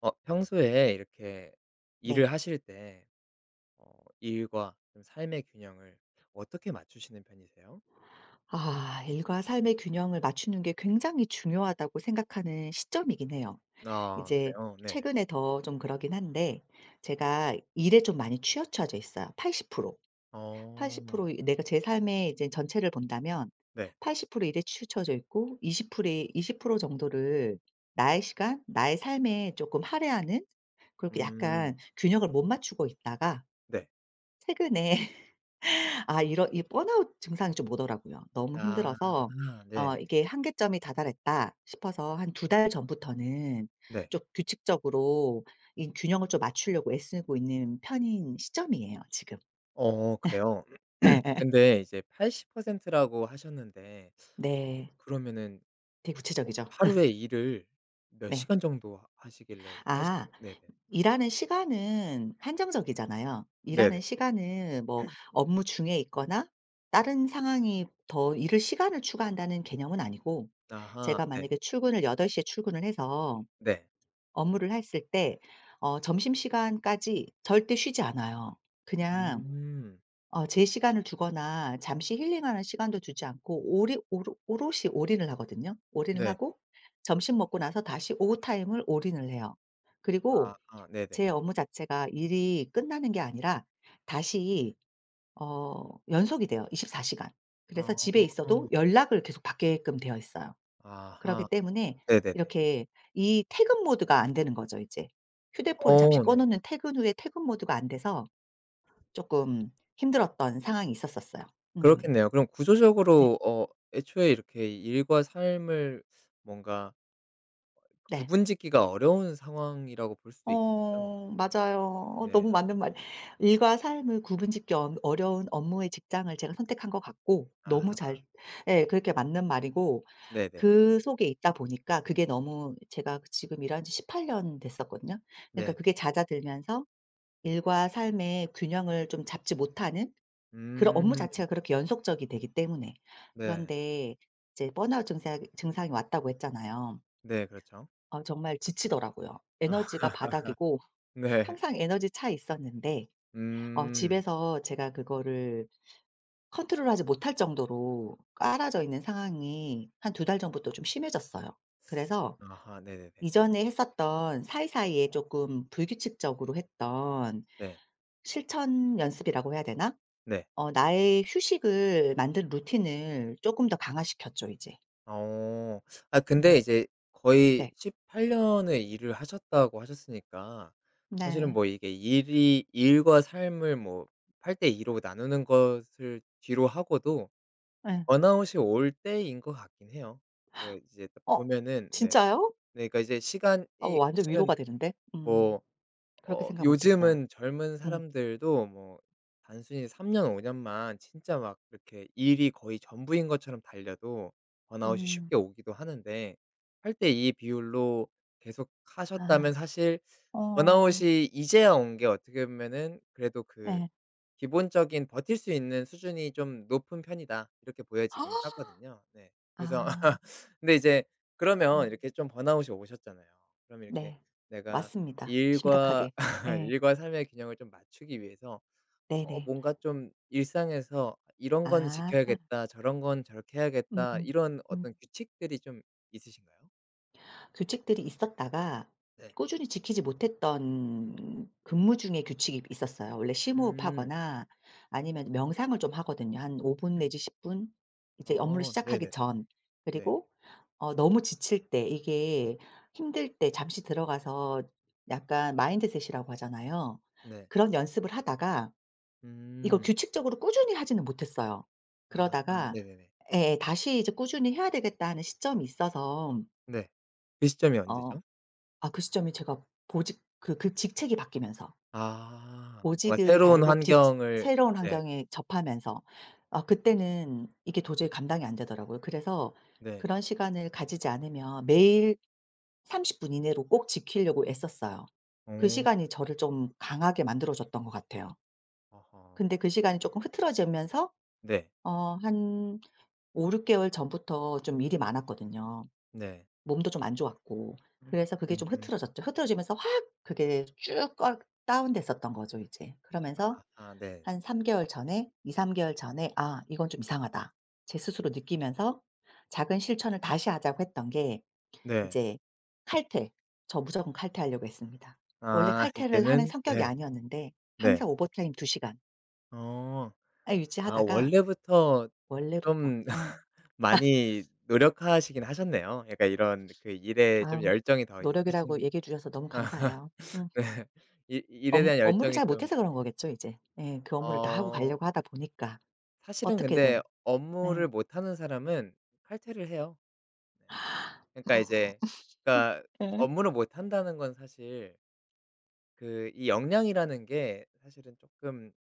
평소에 이렇게 네. 일을 하실 때 어 일과 좀 삶의 균형을 어떻게 맞추시는 편이세요? 아, 일과 삶의 균형을 맞추는 게 굉장히 중요하다고 생각하는 시점이긴 해요. 아, 이제 그래요? 네. 최근에 더 좀 그러긴 한데 제가 일에 좀 많이 치우쳐져 있어요. 80% 어 내가 제 삶의 이제 전체를 본다면 네. 80% 일에 치우쳐져 있고 20% 프로 정도를 나의 시간, 나의 삶에 조금 할애하는 그렇게 음 약간 균형을 못 맞추고 있다가 네. 최근에 이런 이 번아웃 증상이 좀 오더라고요. 너무 아 힘들어서 네. 이게 '한계점이 다다랐다.' 싶어서 한 두 달 전부터는 네. 좀 규칙적으로 이 균형을 좀 맞추려고 애쓰고 있는 편인 시점이에요 지금. 어, 그래요? 예예. 근데 이제 80% 라고 하셨는데 네. 그러면은 되게 구체적이죠. 하루에 일을 몇 네. 시간 정도 하 하시길래 80. 아. 네네. 일하는 시간은 한정적이잖아요. 네네. 일하는 시간은 뭐 업무 중에 있거나 다른 상황이 더 일을 시간을 추가한다는 개념은 아니고 아하 제가 네. 만약에 출근을 8시에 출근을 해서 네. 업무를 했을 때 점심시간까지 절대 쉬지 않아요. 그냥 음 제 시간을 두거나 잠시 힐링하는 시간도 주지 않고 오리 오로 오롯이 올인을 하거든요. 올인을 네. 하고 점심 먹고 나서 다시 오후 타임을 올인을 해요. 그리고 아하 네네. 제 업무 자체가 일이 끝나는 게 아니라 다시 연속이 돼요 24 시간. 그래서 집에 아. 있어도 연락을 계속 받게끔 되어 있어요. 그러기 아하. 때문에 네네네. 이렇게 이 퇴근 모드가 안 되는 거죠 이제. 휴대폰을 잠시 어 꺼 네. 놓는 퇴근 후에 퇴근 모드가 안 돼서 쪼끔 힘들었던 상황이 있었었어요. 음. 그렇겠네요. 그럼 네. 구조적으로 애초에 이렇게 일과 삶을 뭔가 네. 구분짓기가 어려운 상황이라고 볼 수도 있겠네요. 어 맞아요. 어 네. 너무 맞는 말. 일과 삶을 구분짓기 어려운 업무의 직장을 제가 선택한 것 같고 너무 아하. 잘, 예, 그렇게 맞는 말이고 네네. 그 속에 있다 보니까 그게 너무 제가 지금 일한 지 18년 됐었거든요. 그러니까 네네. 그게 잦아들면서 일과 삶의 균형을 좀 잡지 못하는 그런 업무 음. 자체가 그렇게 연속적이 되기 때문에. 네. 그런데 이제 번아웃 증상 증상이 왔다고 했잖아요. 네 그렇죠. 어 정말 지치더라고요. 에너지가 바닥이고 네. 항상 에너지 차 있었는데 음. 집에서 제가 그거를 컨트롤하지 못할 정도로 깔아져 있는 상황이 한 두 달 전부터 좀 심해졌어요. 그래서 아하 네네네. 이전에 했었던 사이사이에 조금 불규칙적으로 했던 네. 실천 연습이라고 해야 되나? 네. 나의 휴식을 만든 루틴을 조금 더 강화시켰죠 이제. 어. 아 근데 음. 이제 거의 네. 18년 년을 일을 하셨다고 하셨으니까 사실은 네. 뭐 이게 일이 일과 삶을 뭐 8 대 2로 나누는 것을 뒤로 하고도 예. 번아웃이 올 때인 것 같긴 해요. 그 이제 딱 어 보면은 네. 진짜요? 네, 그러니까 이제 시간이 어 완전 사실은 위로가 되는데. 음. 뭐 그렇게 생각 못 했어요. 요즘은 젊은 음. 사람들도 뭐 단순히 3 년 5 년만 진짜 막 이렇게 일이 거의 전부인 것처럼 달려도 번아웃이 음. 쉽게 오기도 하는데 팔 대 이 비율로 계속 아. 하셨다면 사실 어. 번아웃이 이제야 온 게 어떻게 보면은 그래도 그 예. 기본적인 버틸 수 있는 수준이 좀 높은 편이다. 이렇게 보여지긴 하거든요. 네. 그래서 아. 근데 이제 그러면 음. 이렇게 좀 번아웃이 오셨잖아요. 그럼 이렇게 네. 내가 왔습니다 일과 심각하게. 예. 일과 삶의 균형을 좀 맞추기 위해서 네네. 뭔가 좀 일상에서 '이런 건 아. 지켜야겠다. 저런 건 저렇게 음음. 해야겠다.' 음. 이런 음. 어떤 규칙들이 좀 있으신가요? 규칙들이 있었다가 네. 꾸준히 지키지 못했던 근무 중에 규칙이 있었어요. 원래 음. 심호흡하거나 아니면 명상을 좀 하거든요. 한 5분 내지 10분, 이제 업무를 어 시작하기 네네네. 전. 네. 그리고 너무 지칠 때 이게 힘들 때 잠시 들어가서 약간 마인드셋이라고 하잖아요. 네. 그런 연습을 하다가 이걸 음. 규칙적으로 꾸준히 하지는 못했어요. 아아 그러다가 네네네. 예, 예, 다시 이제 '꾸준히 해야 되겠다.' 하는 시점이 있어서 네. 그 시점이 어 언제죠? 그 시점이 제가 보직, 그 그 직책이 바뀌면서 아 뭔가 보직을 새로운 달고 직 환경을. 새로운 네. 환경에 접하면서 아, 그때는 이게 도저히 감당이 안 되더라고요. 그래서 네. 그런 시간을 가지지 않으면 매일 30분 이내로 꼭 지키려고 애썼어요. 그 어. 시간이 저를 좀 강하게 만들어 줬던 것 같아요. 아하. 근데 그 시간이 쪼끔 흐트러지면서 네. 한 5-6 개월 전부터 좀 일이 많았거든요. 네. 몸도 좀 안 좋았고 그래서 그게 좀 음. 흐트러졌죠. 흐트러지면서 확 그게 쭉 꺾 다운됐었던 거죠 이제. 그러면서 아하 네. 한 3 개월 전에, 2-3 개월 전에 '아 이건 좀 이상하다.' 제 스스로 느끼면서 작은 실천을 다시 하자고 했던 게 네. 이제 칼퇴. 저 무조건 칼퇴하려고 했습니다. 아 원래 칼퇴를 하는 이제는 성격이 네. 아니었는데 네. 항상 오버타임 2 시간을 어. 아 유지하다가 원래부터 원래부터, 좀 예. 많이 노력하시긴 하셨네요. 약간 이런 그 일에 좀 아우, 열정이 더 노력이라고 있으신. 얘기해 주셔서 너무 아 감사해요. 음. 네. 일 일에 업 대한 업무를 열정이 잘 좀 못해서 그런 거겠죠 이제. 예. 그 업무를 다 하고 어 가려고 하다 보니까 사실은 어떻게든. 근데 업무를 예. 못하는 사람은 칼퇴를 해요. 네. 그러니까 이제 그러니까 예. 업무를 못한다는 건 사실 그 이 역량이라는 게 사실은 조금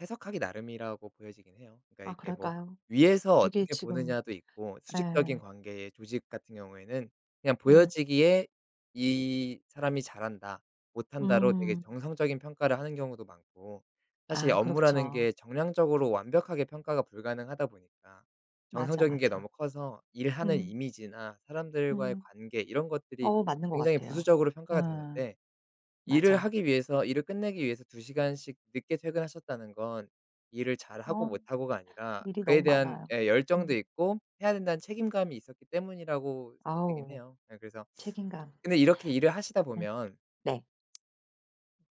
해석하기 나름이라고 보여지긴 해요. 그러니까 아 이게 뭐 그럴까요? 위에서 되게 어떻게 지금, 보느냐도 있고 수직적인 예. 관계의 조직 같은 경우에는 그냥 예. 보여지기에 '이 사람이 잘한다. 못한다.'로 되게 음. 정성적인 평가를 하는 경우도 많고 사실 아 업무라는 그렇죠. 게 정량적으로 완벽하게 평가가 불가능하다 보니까 맞아, 정성적인 게 맞아. 너무 커서 일하는 음. 이미지나 사람들과의 음. 관계 이런 것들이 어 맞는 것 굉장히 같아요. 부수적으로 평가가 음. 되는데 일을 맞아. 하기 위해서 일을 끝내기 위해서 두 시간씩 늦게 퇴근하셨다는 건 일을 잘하고 어 못하고가 아니라 일이 그에 너무 대한 많아요. 예 음. 열정도 있고 해야 된다는 책임감이 있었기 때문이라고 생각되긴 아우, 해요. 예, 그래서 책임감. 근데 이렇게 일을 하시다 네. 보면 네.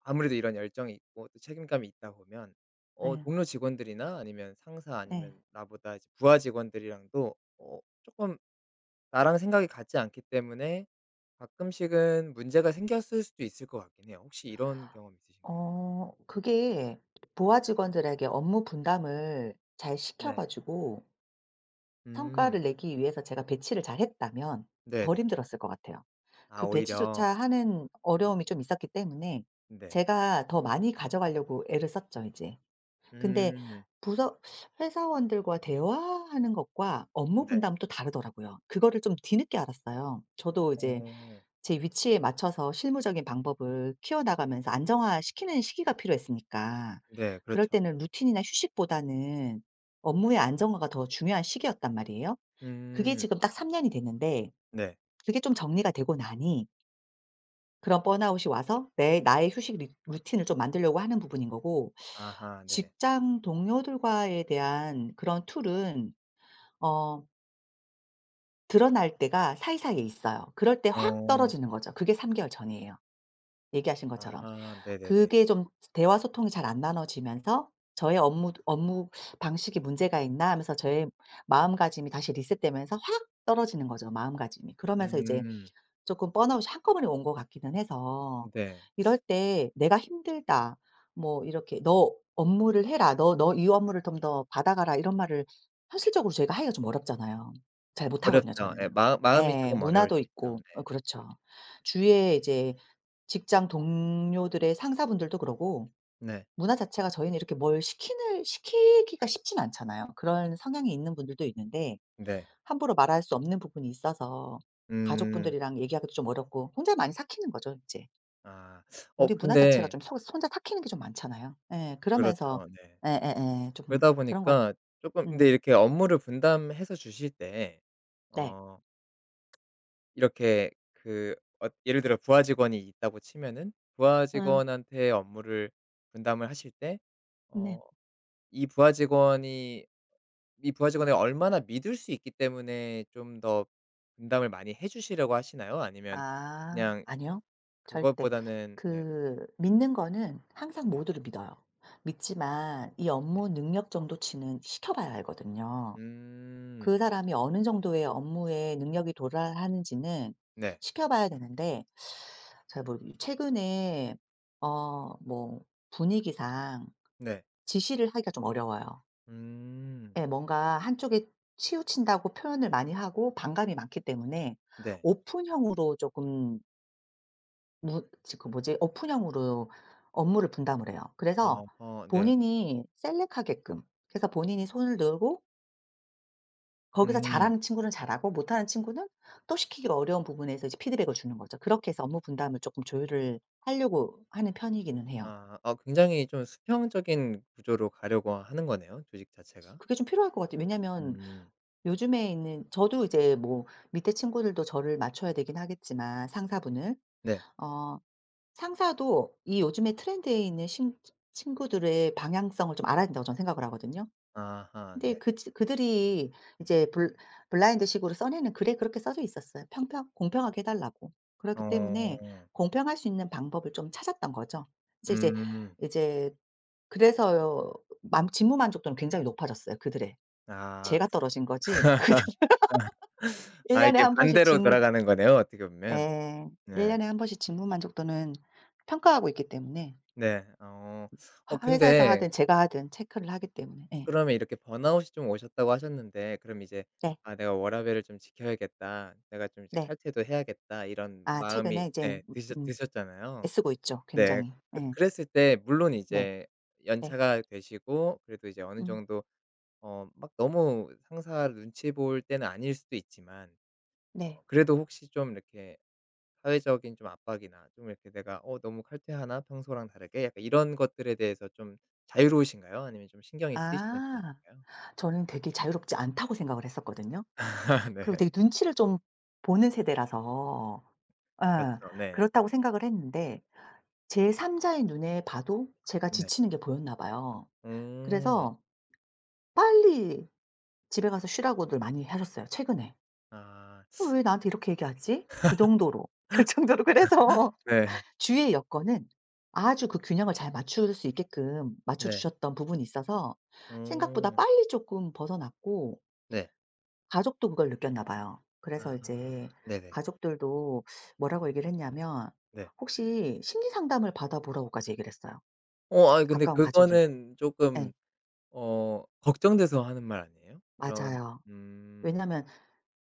아무래도 이런 열정이 있고 또 책임감이 있다 보면 네. 동료 직원들이나 아니면 상사 네. 아니면 나보다 이제 부하 직원들이랑도 어 쪼끔 나랑 생각이 같지 않기 때문에 가끔씩은 문제가 생겼을 수도 있을 것 같긴 해요. 혹시 이런 경험 있으신가요? 어 그게 보아 직원들에게 업무 분담을 잘 시켜 네. 가지고 음. 성과를 내기 위해서 제가 배치를 잘했다면 덜 네네. 힘들었을 것 같아요. 아 그 배치조차 오히려. 하는 어려움이 좀 있었기 때문에 네. 제가 더 많이 가져가려고 애를 썼죠 이제. 근데 음. 부서, 회사원들과 대화하는 것과 업무 네. 분담은 또 다르더라고요. 그거를 좀 뒤늦게 알았어요. 저도 이제 어. 제 위치에 맞춰서 실무적인 방법을 키워나가면서 안정화시키는 시기가 필요했으니까 네. 그럴 그렇죠. 때는 루틴이나 휴식보다는 업무의 안정화가 더 중요한 시기였단 말이에요. 그게 음. 지금 딱 3 년이 됐는데 네. 그게 좀 정리가 되고 나니 그런 번아웃이 와서 내 나의 휴식 리 루틴을 좀 만들려고 하는 부분인 거고 아하. 네. 직장 동료들과에 대한 그런 툴은 어 드러날 때가 사이사이에 있어요. 그럴 때 확 어. 떨어지는 거죠. 그게 3 개월 전이에요. 얘기하신 것처럼. 아하. 네네네. 그게 좀 대화 소통이 잘 안 나눠지면서 저의 업무 방식이 문제가 있나 하면서 저의 마음가짐이 다시 리셋되면서 확 떨어지는 거죠 마음가짐이. 그러면서 이제 음. 조금 번아웃이 한꺼번에 온 것 같기는 해서 네. 이럴 때 '내가 힘들다.' 뭐 이렇게 "너 업무를 해라. 너 이 업무를 좀 더 받아가라." 이런 말을 현실적으로 저희가 하기가 좀 어렵잖아요. 잘 못하거든요 어렵죠. 저는. 예. 마음이 조 예. 금 어려울 문화도 수 있죠. 있고, 어, 네. 그렇죠. 주위에 이제 직장 동료들의 상사분들도 그러고 네. 문화 자체가 저희는 이렇게 뭘 시키는 시키기가 쉽진 않잖아요. 그런 성향이 있는 분들도 있는데 네. 함부로 말할 수 없는 부분이 있어서 음. 가족분들이랑 얘기하기도 좀 어렵고 혼자 많이 삭히는 거죠 이제. 아. 어 우리 문화 자체가 근데 좀 속 혼자 삭히는 게 좀 많잖아요. 예. 그러면서 그렇죠. 네. 예예예, 좀 그러다 그런 것 같-. 보니까 조금 근데 음. 이렇게 업무를 분담해서 주실 때 네. 어 이렇게 그 예를 들어 부하 직원이 있다고 치면은 부하 음. 직원한테 업무를 분담을 하실 때 네. 어 이 부하 직원이 이 부하 직원을 얼마나 믿을 수 있기 때문에 좀 더 분담을 많이 해 주시려고 하시나요? 아니면 아 그냥 아니요. 절대. 그것보다는 네. 그 믿는 거는 항상 네. 모두를 믿어요. 믿지만 이 네. 업무 능력 정도치는 시켜 봐야 알거든요. 그 음. 사람이 어느 정도의 업무에 능력이 도달하는지는 네. 시켜봐야 되는데 잘 모르겠, 최근에 어 뭐 분위기상 네. 지시를 하기가 좀 어려워요. 음. 예, 뭔가 한쪽에 치우친다고 표현을 많이 하고 반감이 많기 때문에 네. 오픈형으로 조금 무 지 그 뭐지? 오픈형으로 업무를 분담을 해요. 그래서 어, 어, 네. 본인이 셀렉하게끔, 그래서 본인이 손을 들고 거기서 음. 잘하는 친구는 잘하고 못하는 친구는 또 시키기가 어려운 부분에서 이제 피드백을 주는 거죠. 그렇게 해서 업무 분담을 조금 조율을 하려고 하는 편이기는 해요. 아. 아 굉장히 좀 수평적인 구조로 가려고 하는 거네요, 조직 자체가. 그게 좀 필요할 것 같아요. 왜냐면 음. 요즘에 있는 저도 이제 뭐 밑에 친구들도 저를 맞춰야 되긴 하겠지만 상사분을, 네. 어, 상사도 이 요즘에 트렌드에 있는 신 친구들의 방향성을 좀 알아야 된다고 저는 생각을 하거든요. 아하 근데 네. 그들이 이제 블 블라인드식으로 써내는 글에 그렇게 써져 있었어요. 평평 공평하게 해 달라고. 그렇기 때문에 어. 공평할 수 있는 방법을 좀 찾았던 거죠. 이제 이제 음. 이제 그래서요 직무 만족도는 굉장히 높아졌어요 그들의. 아. 제가 떨어진 거지. 일1 아 년에 이게 한 번씩 직 반대로 돌아가는 거네요, 어떻게 보면. 예. 일 네. 년에 한 번씩 직무 만족도는 평가하고 있기 때문에 네. 어. 어 회사에서 근데 하든 제가 하든 체크를 하기 때문에. 예. 그러면 이렇게 번아웃이 좀 오셨다고 하셨는데 그럼 이제 네. '아 내가 워라밸을 좀 지켜야겠다. 내가 좀 이제 네. 칼퇴도 해야겠다.' 이런 아, 최근에 마음이 이제 음, 네 드셨 음, 드셨잖아요. 애쓰고 있죠 네. 굉장히. 그 예. 그랬을 때 물론 네. 이제 네. 연차가 되시고 그래도 이제 어느 음. 정도 막 너무 상사 눈치 볼 때는 아닐 수도 있지만 네. 그래도 혹시 좀 이렇게 사회적인 좀 압박이나 좀 이렇게 내가 '어 너무 칼퇴하나? 평소랑 다르게?' 약간 이런 것들에 대해서 좀 자유로우신가요? 아니면 좀 신경이 쓰이시는 아. 편이신가요? 저는 되게 자유롭지 않다고 생각을 했었거든요. 그리고 네. 되게 눈치를 좀 보는 세대라서 예, 그렇죠. 네. 그렇다고 생각을 했는데 제 3 자의 눈에 봐도 제가 네. 지치는 게 보였나 봐요. 음. 그래서 빨리 집에 가서 쉬라고들 많이 하셨어요 최근에. 아. '어 왜 나한테 이렇게 얘기하지?' 그 정도로. 그 정도로. 그래서 네. 주위의 여건은 아주 그 균형을 잘 맞출 수 있게끔 맞춰 네. 주셨던 부분이 있어서 생각보다 음. 빨리 조금 벗어났고 네. 가족도 그걸 느꼈나 봐요. 아 그래서 이제 네네. 가족들도 뭐라고 얘기를 했냐면 네. "혹시 심리 상담을 받아 보라고."까지 얘기를 했어요. 어 아 근데 가까운 가족이. 그거는 네, 조금 걱정돼서 하는 말 아니에요? 그런 맞아요. 음. 왜냐하면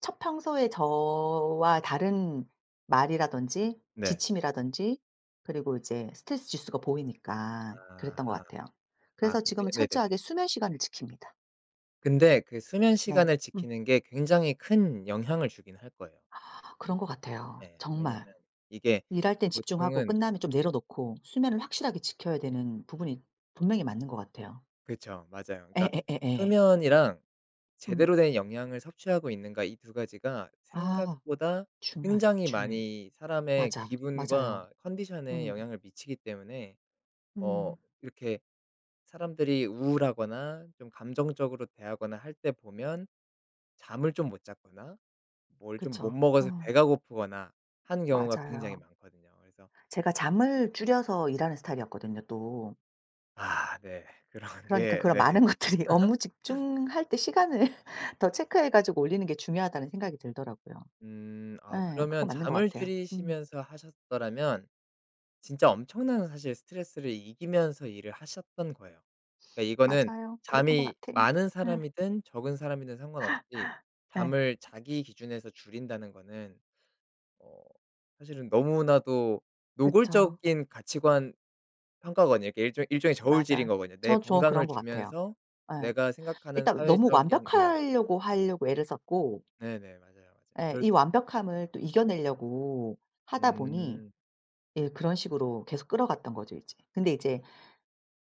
첫 평소에 저와 다른 말이라든지 네. 지침이라든지 그리고 이제 스트레스 지수가 보이니까 그랬던 것 아하. 같아요. 아 그래서 근데 지금은 네네네. 철저하게 수면 시간을 지킵니다. 근데 그 수면 네. 시간을 음. 지키는 게 굉장히 큰 영향을 주긴 할 거예요. 그런 것 같아요, 예. 정말. 왜냐면 이게 일할 땐 집중하고 보통은 끝나면 좀 내려놓고 수면을 확실하게 지켜야 되는 부분이 분명히 맞는 것 같아요. 그쵸. 맞아요. 그러니까 예예예예. 수면이랑 음. 제대로 된 영양을 섭취하고 있는가 이 두 가지가 아, 생각보다 중요해, 굉장히 중요해. 많이 사람의 맞아, 맞아요. 기분과 컨디션에 음. 영향을 미치기 때문에 어 음. 이렇게 사람들이 우울하거나 좀 감정적으로 대하거나 할 때 보면 잠을 좀 못 잤거나 뭘 좀 못 그쵸. 먹어서 어 배가 고프거나 한 경우가 굉장히 맞아요. 많거든요. 그래서 제가 잠을 줄여서 일하는 스타일이었거든요 또. 아 네. 그런 그러니까 게 그런 네. 많은 것들이 업무 집중할 때 시간을 더 체크해 가지고 올리는 게 중요하다는 생각이 들더라고요. 아 예. 그거 그러면 맞는 것 잠을 같아요. 음. 줄이시면서 하셨더라면 진짜 엄청난 사실 스트레스를 이기면서 일을 하셨던 거예요. 그러니까 이거는 맞아요. 그랬던 것 잠이 같아. 많은 예. 사람이든 적은 사람이든 상관없이 예. 잠을 자기 기준에서 줄인다는 거는 어 사실은 너무나도 그쵸. 노골적인 가치관 평가거든요. 그게 일종의 저울질인 맞아. 거거든요. 내 저 그런 건강을 것 같아요. 주면서 예. 내가 생각하는 일단 너무 사회적인 네. 완벽하려고 하려고 애를 썼고 네네. 맞아요, 맞아요. 예 그럴 이 수 있죠. 네. 완벽함을 또 이겨내려고 하다 보니 음. 예 그런 식으로 계속 끌어갔던 거죠 이제. 근데 이제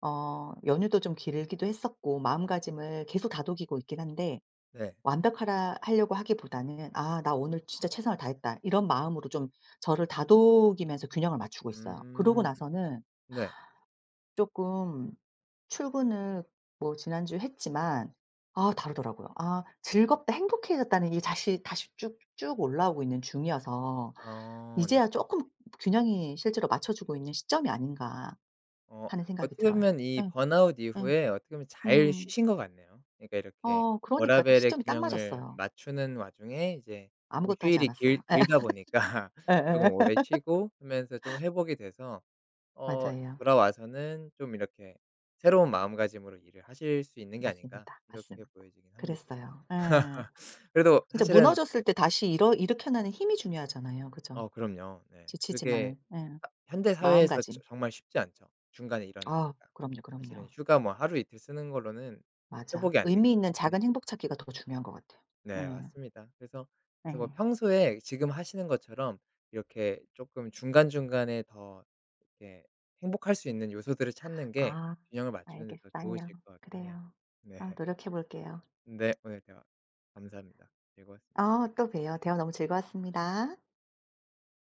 어 연휴도 좀 길기도 했었고 마음가짐을 계속 다독이고 있긴 한데 네. 완벽하라 하려고 하기보다는 '아 나 오늘 진짜 최선을 다했다.' 이런 마음으로 좀 저를 다독이면서 균형을 맞추고 있어요. 그러고 음. 나서는 네. 조금 출근을 뭐 지난주에 했지만 아, 다르더라고요. 아, 즐겁다, 행복해졌다는 이 다시 쭉쭉 올라오고 있는 중이어서 어 네. '이제야 조금 균형이 실제로 맞춰주고 있는 시점이 아닌가.' 어 하는 생각이 어떻게 들어요. 보면 이 예. 번아웃 예. 이후에 어떻게 보면 잘 음. 쉬신 것 같네요. 그러니까 이렇게 어 그러니까 딱 워라밸의 시점이 딱 균형을 맞았어요. 맞추는 와중에 이제 좀 아무것도 하지 휴일이 길 않았어요. 길다 보니까 예 조금 예 오래 쉬고 하면서 좀 회복이 돼서 어 맞아요. 돌아와서는 좀 이렇게 새로운 마음가짐으로 일을 하실 수 있는 게 아닌가 맞습니다, 이렇게 맞습니다. 보여지긴 합니다. 그랬어요. 예. 그래도 진짜 사실은 무너졌을 때 다시 일어 일으켜나는 힘이 중요하잖아요. 그죠? 어 그럼요. 네. 그게 지치지만은. 예. 하 현대 사회에서 저 마음가짐. 정말 쉽지 않죠. 중간에 아 일어나기가. 그럼요, 그럼요. 사실은 휴가 뭐 하루 이틀 쓰는 걸로는 맞아. 회복이 안 되기 의미 있는 때문에. 작은 행복 찾기가 더 중요한 것 같아요. 네 예. 맞습니다. 그래서 뭐 예. 평소에 지금 하시는 것처럼 이렇게 조금 중간중간에 더 이렇게 행복할 수 있는 요소들을 찾는 게 아 균형을 맞추는 데 더 알겠어요. 좋으실 것 같긴 해요. 그래요. 네. 아 노력해 볼게요. 네 오늘 대화 감사합니다. 즐거웠습니다. 아, 또 봬요. 대화 너무 즐거웠습니다.